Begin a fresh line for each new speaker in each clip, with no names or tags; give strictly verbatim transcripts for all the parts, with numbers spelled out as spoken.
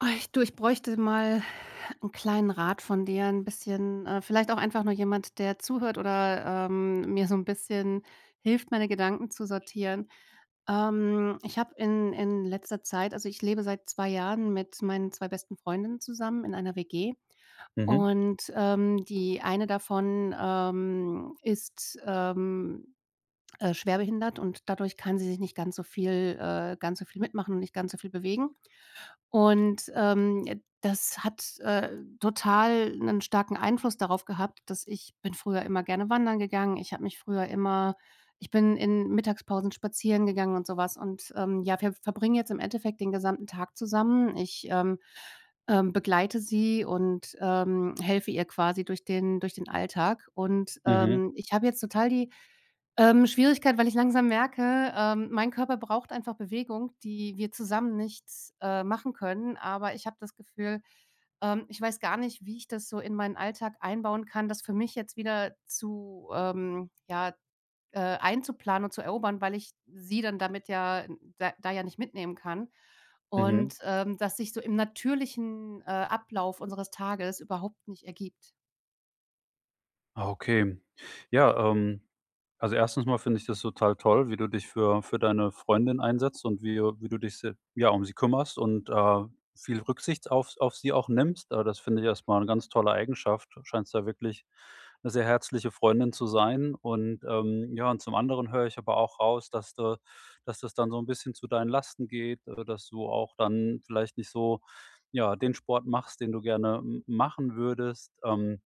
Ei, du, ich bräuchte mal einen kleinen Rat von dir, ein bisschen äh, vielleicht auch einfach nur jemand, der zuhört oder, ähm, mir so ein bisschen hilft, meine Gedanken zu sortieren. Ähm, ich habe in in letzter Zeit also, ich lebe seit zwei Jahren mit meinen zwei besten Freundinnen zusammen in einer W G
Mhm,
und, ähm, die eine davon, ähm, ist, ähm, äh, schwerbehindert, und dadurch kann sie sich nicht ganz so viel äh, ganz so viel mitmachen und nicht ganz so viel bewegen. Und, ähm, das hat, äh, total einen starken Einfluss darauf gehabt, dass ich bin früher immer gerne wandern gegangen. Ich habe mich früher immer ich bin in Mittagspausen spazieren gegangen und sowas. Und, ähm, ja, wir verbringen jetzt im Endeffekt den gesamten Tag zusammen. Ich, ähm, ähm, begleite sie und, ähm, helfe ihr quasi durch den durch den Alltag, und,
mhm,
ähm, ich habe jetzt total die ähm, Schwierigkeit, weil ich langsam merke, ähm, mein Körper braucht einfach Bewegung, die wir zusammen nicht, äh, machen können. Aber ich habe das Gefühl, ähm, ich weiß gar nicht, wie ich das so in meinen Alltag einbauen kann, das für mich jetzt wieder zu, ähm, ja, äh, einzuplanen und zu erobern, weil ich sie dann damit ja da da ja nicht mitnehmen kann.
mhm.
Und, ähm, das sich so im natürlichen, äh, Ablauf unseres Tages überhaupt nicht ergibt.
Ah, okay. Ja, ähm, also erstens mal finde ich das total toll, wie du dich für für deine Freundin einsetzt und wie wie du dich se ja, um sie kümmerst und, äh, viel Rücksicht auf auf sie auch nimmst. Äh, das finde ich erstmal eine ganz tolle Eigenschaft. Du scheinst da wirklich eine sehr herzliche Freundin zu sein und, ähm, ja, und zum anderen höre ich aber auch raus, dass du dass das dann so ein bisschen zu deinen Lasten geht, äh, dass du auch dann vielleicht nicht so, ja, den Sport machst, den du gerne m machen würdest. Ähm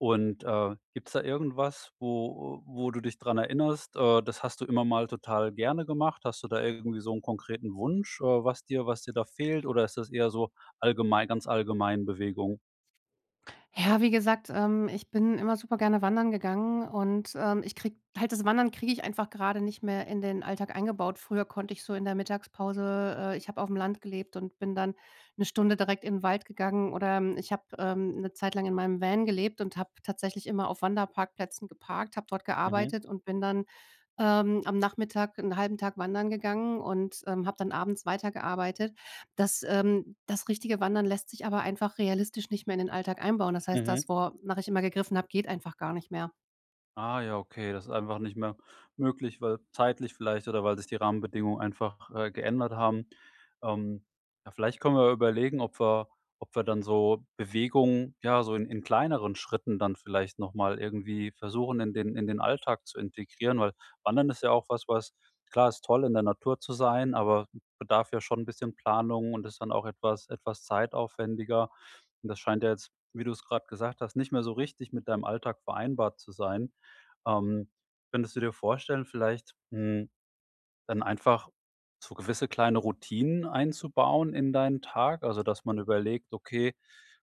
Und, äh, gibt's da irgendwas, wo wo du dich dran erinnerst, äh, das hast du immer mal total gerne gemacht? Hast du da irgendwie so einen konkreten Wunsch, äh, was dir was dir da fehlt, oder ist das eher so allgemein ganz allgemein Bewegung?
Ja, wie gesagt, ähm, ich bin immer super gerne wandern gegangen, und, ähm, ich kriege halt das Wandern kriege ich einfach gerade nicht mehr in den Alltag eingebaut. Früher konnte ich so in der Mittagspause äh, ich habe auf dem Land gelebt und bin dann eine Stunde direkt in den Wald gegangen, oder, ähm, ich habe, ähm, 'ne Zeit lang in meinem Van gelebt und habe tatsächlich immer auf Wanderparkplätzen geparkt, habe dort
Mhm,
gearbeitet und bin dann ähm, am Nachmittag einen halben Tag wandern gegangen, und, ähm, habe dann abends weitergearbeitet. Das ähm, das richtige Wandern lässt sich aber einfach realistisch nicht mehr in den Alltag einbauen. Das heißt,
mhm.
das, wonach ich immer gegriffen habe, geht einfach gar nicht mehr.
Ah ja, okay, das ist einfach nicht mehr möglich, weil zeitlich vielleicht oder weil sich die Rahmenbedingungen einfach, äh, geändert haben. Ähm, ja, vielleicht können wir überlegen, ob wir ob wir dann so Bewegungen, ja, so in in kleineren Schritten dann vielleicht noch mal irgendwie versuchen, in den in den Alltag zu integrieren, weil Wandern ist ja auch was, was klar, ist toll, in der Natur zu sein, aber bedarf ja schon ein bisschen Planung und ist dann auch etwas etwas zeitaufwendiger. Und das scheint ja jetzt, wie du es gerade gesagt hast, nicht mehr so richtig mit deinem Alltag vereinbart zu sein. Ähm, könntest du dir vorstellen, vielleicht, hm, dann einfach so gewisse kleine Routinen einzubauen in deinen Tag, also dass man überlegt: „Okay,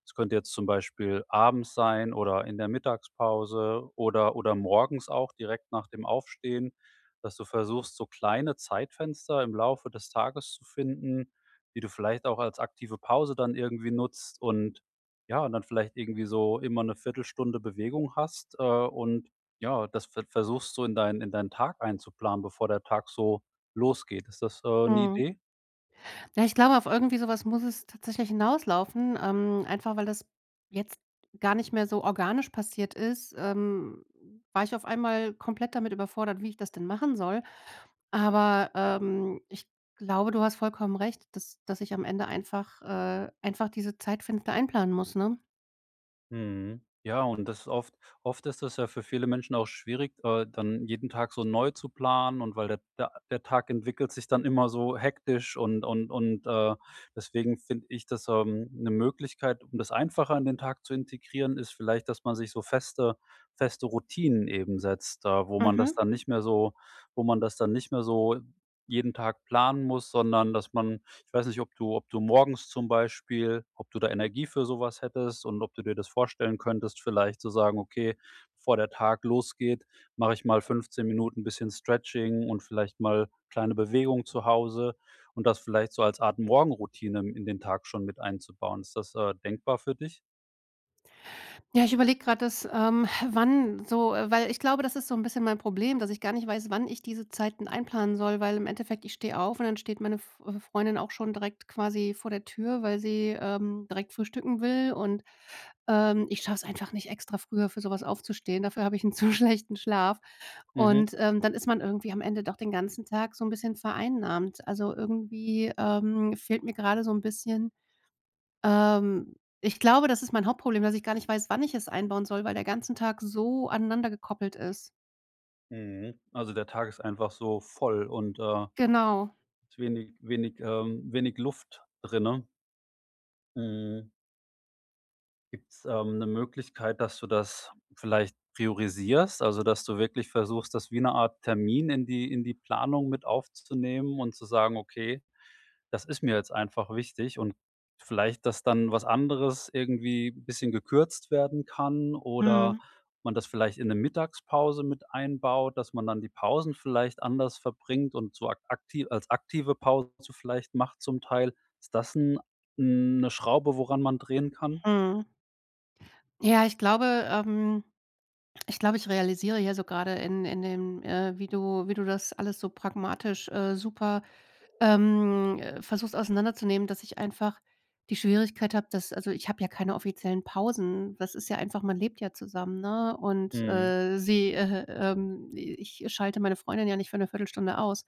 es könnte jetzt zum Beispiel abends sein oder in der Mittagspause oder oder morgens auch direkt nach dem Aufstehen“, dass du versuchst, so kleine Zeitfenster im Laufe des Tages zu finden, die du vielleicht auch als aktive Pause dann irgendwie nutzt und ja, und dann vielleicht irgendwie so immer eine Viertelstunde Bewegung hast, äh, und ja, das ver versuchst du in deinen in deinen Tag einzuplanen, bevor der Tag so losgeht. Ist das, äh, 'ne
Mhm.
Idee?
Ja, ich glaube, auf irgendwie sowas muss es tatsächlich hinauslaufen, ähm, einfach weil das jetzt gar nicht mehr so organisch passiert ist, ähm, war ich auf einmal komplett damit überfordert, wie ich das denn machen soll. Aber, ähm, ich glaube, du hast vollkommen recht, dass dass ich am Ende einfach äh, einfach diese Zeitfenster einplanen muss, ne?
Mhm. Ja, und das ist oft oft ist das ja für viele Menschen auch schwierig, äh, dann jeden Tag so neu zu planen und weil der der der Tag entwickelt sich dann immer so hektisch und und und, äh, deswegen finde ich dass ähm, 'ne Möglichkeit, um das einfacher in den Tag zu integrieren, ist vielleicht, dass man sich so feste feste Routinen eben setzt, äh, wo man das
Mhm.
dann nicht mehr so wo man das dann nicht mehr so jeden Tag planen muss, sondern dass man Ich weiß nicht, ob du ob du morgens zum Beispiel ob du da Energie für sowas hättest und ob du dir das vorstellen könntest, vielleicht zu sagen: „Okay, bevor der Tag losgeht, mache ich mal fünfzehn Minuten ein bisschen Stretching und vielleicht mal kleine Bewegung zu Hause“ und das vielleicht so als Art Morgenroutine in den Tag schon mit einzubauen. Ist das, äh, denkbar für dich?
Ja, ich überlege gerade dass, ähm, wann so äh, weil ich glaube, das ist so ein bisschen mein Problem, dass ich gar nicht weiß, wann ich diese Zeiten einplanen soll, weil im Endeffekt ich stehe auf und dann steht meine F äh, Freundin auch schon direkt quasi vor der Tür, weil sie, ähm, direkt frühstücken will, und Ähm, ich schaffe es einfach nicht extra früher für sowas aufzustehen. Dafür habe ich einen zu schlechten Schlaf.
Mhm,
Und, ähm, dann ist man irgendwie am Ende doch den ganzen Tag so ein bisschen vereinnahmt. Also, irgendwie, ähm, fehlt mir gerade so ein bisschen ähm, ich glaube, das ist mein Hauptproblem, dass ich gar nicht weiß, wann ich es einbauen soll, weil der ganze Tag so aneinander gekoppelt ist.
mhm. Also, der Tag ist einfach so voll und, äh,
Genau.
ist wenig wenig ähm, wenig Luft drinne. Mhm. Gibt's, ähm, eine Möglichkeit, dass du das vielleicht priorisierst? Also, dass du wirklich versuchst, das wie eine Art Termin in die in die Planung mit aufzunehmen und zu sagen: „Okay, das ist mir jetzt einfach wichtig“ und vielleicht, dass dann was anderes irgendwie ein bisschen gekürzt werden kann oder
Mhm,
man das vielleicht in eine Mittagspause mit einbaut, dass man dann die Pausen vielleicht anders verbringt und so ak akti als aktive Pause vielleicht macht zum Teil. Ist das 'n 'ne Schraube, woran man drehen kann?
mhm. Ja, ich glaube, ähm ich glaube, ich realisiere hier so gerade in in dem, äh, wie du wie du das alles so pragmatisch, äh, super ähm, äh, versuche es auseinanderzunehmen, dass ich einfach die Schwierigkeit habe, dass also, ich habe ja keine offiziellen Pausen. Das ist ja einfach man lebt ja zusammen, ne? Und,
Mhm.
äh, sie, äh, ähm ich schalte meine Freundin ja nicht für eine Viertelstunde aus.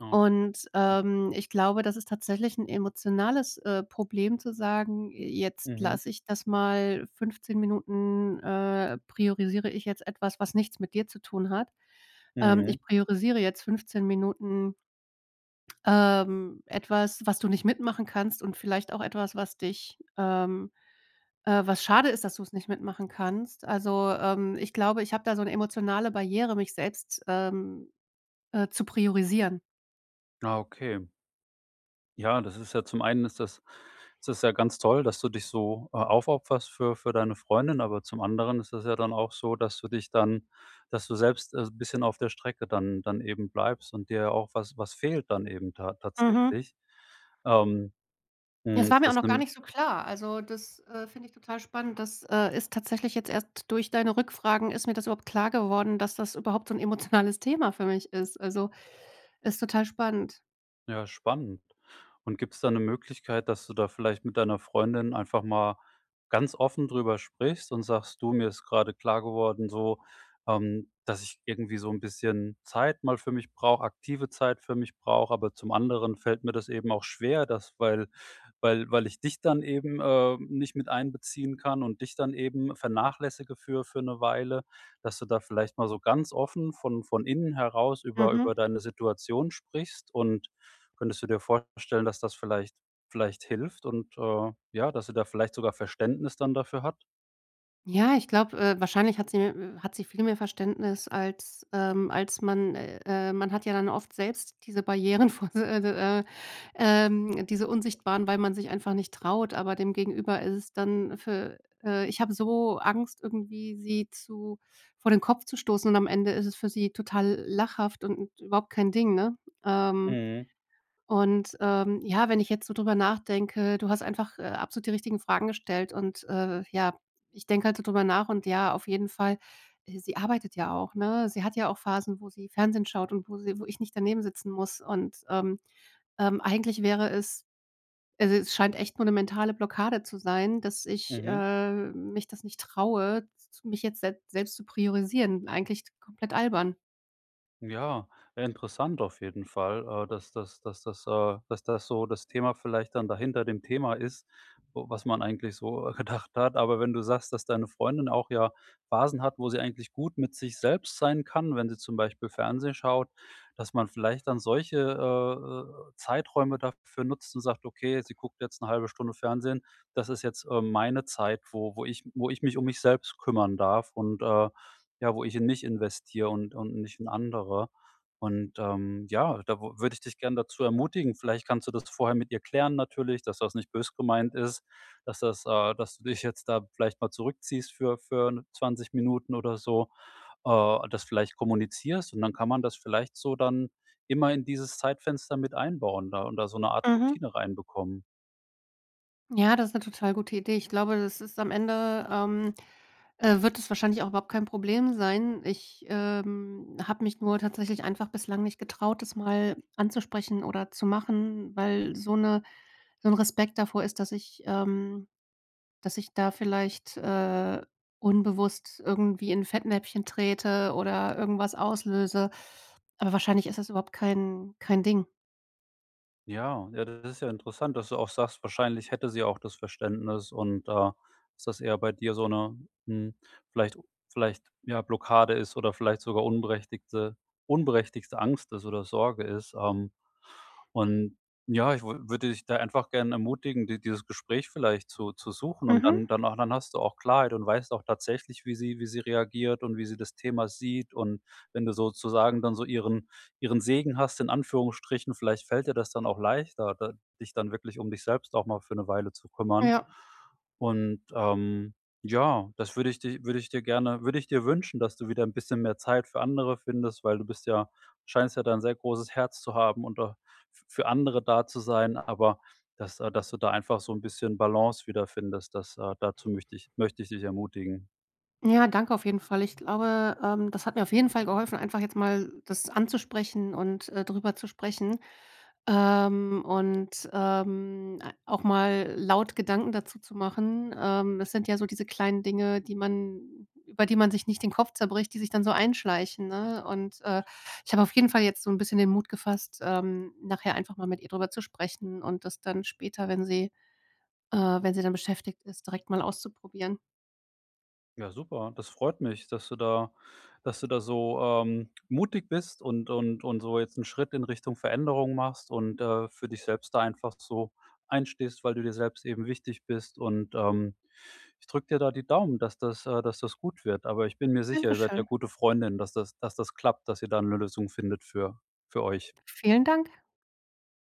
Oh,
Und,
klar.
ähm, ich glaube, das ist tatsächlich ein emotionales, äh, Problem zu sagen: „Jetzt
Mhm.
lasse ich das mal fünfzehn Minuten, äh, priorisiere ich jetzt etwas, was nichts mit dir zu tun hat. Ähm,
Mhm.
ich priorisiere jetzt fünfzehn Minuten“ ähm, etwas, was du nicht mitmachen kannst und vielleicht auch etwas, was dich ähm, äh, was schade ist, dass du es nicht mitmachen kannst. Also, ähm, ich glaube, ich habe da so eine emotionale Barriere, mich selbst, ähm, äh, zu priorisieren.
Ah, okay. Ja, das ist ja zum einen ist das ist das ja ganz toll, dass du dich so, äh, aufopferst für für deine Freundin, aber zum anderen ist das ja dann auch so, dass du dich dann dass du selbst, äh, ein bisschen auf der Strecke dann dann eben bleibst und dir auch was was fehlt dann eben ta
Mhm.
tatsächlich. Ähm,
Das
Mhm. ist
war mir auch
das
noch gar
'ne
nicht so klar. Also, das, äh, finde ich total spannend. Das, äh, ist tatsächlich jetzt erst durch deine Rückfragen ist mir das überhaupt klar geworden, dass das überhaupt so ein emotionales Thema für mich ist. Also, ist total spannend.
Ja, spannend. Und gibt es da eine Möglichkeit, dass du da vielleicht mit deiner Freundin einfach mal ganz offen drüber sprichst und sagst: „Du, mir ist gerade klar geworden so, ähm, dass ich irgendwie so ein bisschen Zeit mal für mich brauche, aktive Zeit für mich brauche, aber zum anderen fällt mir das eben auch schwer, dass weil weil weil ich dich dann eben, äh, nicht mit einbeziehen kann und dich dann eben vernachlässige für für eine Weile“, dass du da vielleicht mal so ganz offen von von innen heraus über
Mhm.
über deine Situation sprichst und Könntest du dir vorstellen, dass das vielleicht vielleicht hilft und, äh, ja, dass sie da vielleicht sogar Verständnis dann dafür hat?
Ja, ich glaube, äh, wahrscheinlich hat sie äh, hat sie viel mehr Verständnis als, ähm als man äh, äh, man hat ja dann oft selbst diese Barrieren vor äh, äh, ähm, diese unsichtbaren, weil man sich einfach nicht traut, aber dem Gegenüber ist es dann für äh, ich habe so Angst, irgendwie sie zu vor den Kopf zu stoßen, und am Ende ist es für sie total lachhaft und überhaupt kein Ding, ne? Ähm.
Mhm,
Und, ähm, ja, wenn ich jetzt so drüber nachdenke, du hast einfach, äh, absolut die richtigen Fragen gestellt, und, äh, ja, ich denke halt so drüber nach, und ja, auf jeden Fall, äh, sie arbeitet ja auch, ne? Sie hat ja auch Phasen, wo sie Fernsehen schaut und wo sie wo ich nicht daneben sitzen muss, und, ähm, ähm, eigentlich wäre es also, es scheint echt nur 'ne mentale Blockade zu sein, dass ich,
mhm.
äh, mich das nicht traue, mich jetzt se selbst zu priorisieren. Eigentlich komplett albern.
Ja, ja, interessant auf jeden Fall, äh, dass dass dass das äh, dass das so das Thema vielleicht dann dahinter dem Thema ist, wo was man eigentlich so äh, gedacht hat. Aber wenn du sagst, dass deine Freundin auch ja Phasen hat, wo sie eigentlich gut mit sich selbst sein kann, wenn sie zum Beispiel Fernsehen schaut, dass man vielleicht dann solche, äh, äh, Zeiträume dafür nutzt und sagt: „Okay, sie guckt jetzt eine halbe Stunde Fernsehen. Das ist jetzt, äh, meine Zeit, wo wo ich wo ich mich um mich selbst kümmern darf und, äh, ja, wo ich in mich investiere und und nicht in andere. Und, ähm, ja, da wo würde ich dich gern dazu ermutigen. Vielleicht kannst du das vorher mit ihr klären natürlich, dass das nicht bös gemeint ist, dass das äh, dass du dich jetzt da vielleicht mal zurückziehst für für 'ne zwanzig Minuten oder so, äh, das vielleicht kommunizierst und dann kann man das vielleicht so dann immer in dieses Zeitfenster mit einbauen da und da so eine Art
Mhm.
Routine reinbekommen.
Ja, das ist eine total gute Idee. Ich glaube, das ist am Ende, ähm, äh, wird es wahrscheinlich auch überhaupt kein Problem sein. Ich, ähm, habe mich nur tatsächlich einfach bislang nicht getraut, das mal anzusprechen oder zu machen, weil so eine so ein Respekt davor ist, dass ich ähm, dass ich da vielleicht, äh, unbewusst irgendwie in Fettnäpfchen trete oder irgendwas auslöse. Aber wahrscheinlich ist das überhaupt kein kein Ding.
Ja, ja, das ist ja interessant, dass du auch sagst, wahrscheinlich hätte sie auch das Verständnis und da ist das eher bei dir so eine hm, vielleicht vielleicht, ja, Blockade ist oder vielleicht sogar unberechtigte unberechtigte Angst ist oder Sorge ist. Ähm, und ja, ich wür würde dich da einfach gerne ermutigen, di dieses Gespräch vielleicht zu zu suchen und dann
Mhm,
dann auch dann hast du auch Klarheit und weißt auch tatsächlich, wie sie wie sie reagiert und wie sie das Thema sieht. Und wenn du sozusagen dann so ihren ihren Segen hast, in Anführungsstrichen, vielleicht fällt dir das dann auch leichter, da dich dann wirklich um dich selbst auch mal für eine Weile zu kümmern.
ja.
Und, ähm, ja, das würde ich di würde ich dir gerne würde ich dir wünschen, dass du wieder ein bisschen mehr Zeit für andere findest, weil du bist ja scheinst ja da 'n sehr großes Herz zu haben und auch f für andere da zu sein, aber dass äh, dass du da einfach so ein bisschen Balance wiederfindest, das äh, dazu möchte ich möchte ich dich ermutigen.
Ja, danke auf jeden Fall. Ich glaube, ähm, das hat mir auf jeden Fall geholfen, einfach jetzt mal das anzusprechen und, äh, drüber zu sprechen, ähm, und, ähm, a auch mal laut Gedanken dazu zu machen. Ähm, das sind ja so diese kleinen Dinge, die man über die man sich nicht den Kopf zerbricht, die sich dann so einschleichen, ne? Und, äh, ich habe auf jeden Fall jetzt so ein bisschen den Mut gefasst, ähm, nachher einfach mal mit ihr drüber zu sprechen und das dann später, wenn sie äh, wenn sie dann beschäftigt ist, direkt mal auszuprobieren.
Ja, super. Das freut mich, dass du da dass du da so, ähm, mutig bist und und und so jetzt einen Schritt in Richtung Veränderung machst und, äh, für dich selbst da einfach so einstehst, weil du dir selbst eben wichtig bist und, ähm, ich drücke dir da die Daumen, dass das äh, dass das gut wird. Aber ich bin mir sicher, ihr seid ja
Dankeschön.
gute Freundinnen, dass das dass das klappt, dass ihr da eine Lösung findet für für euch.
Vielen Dank.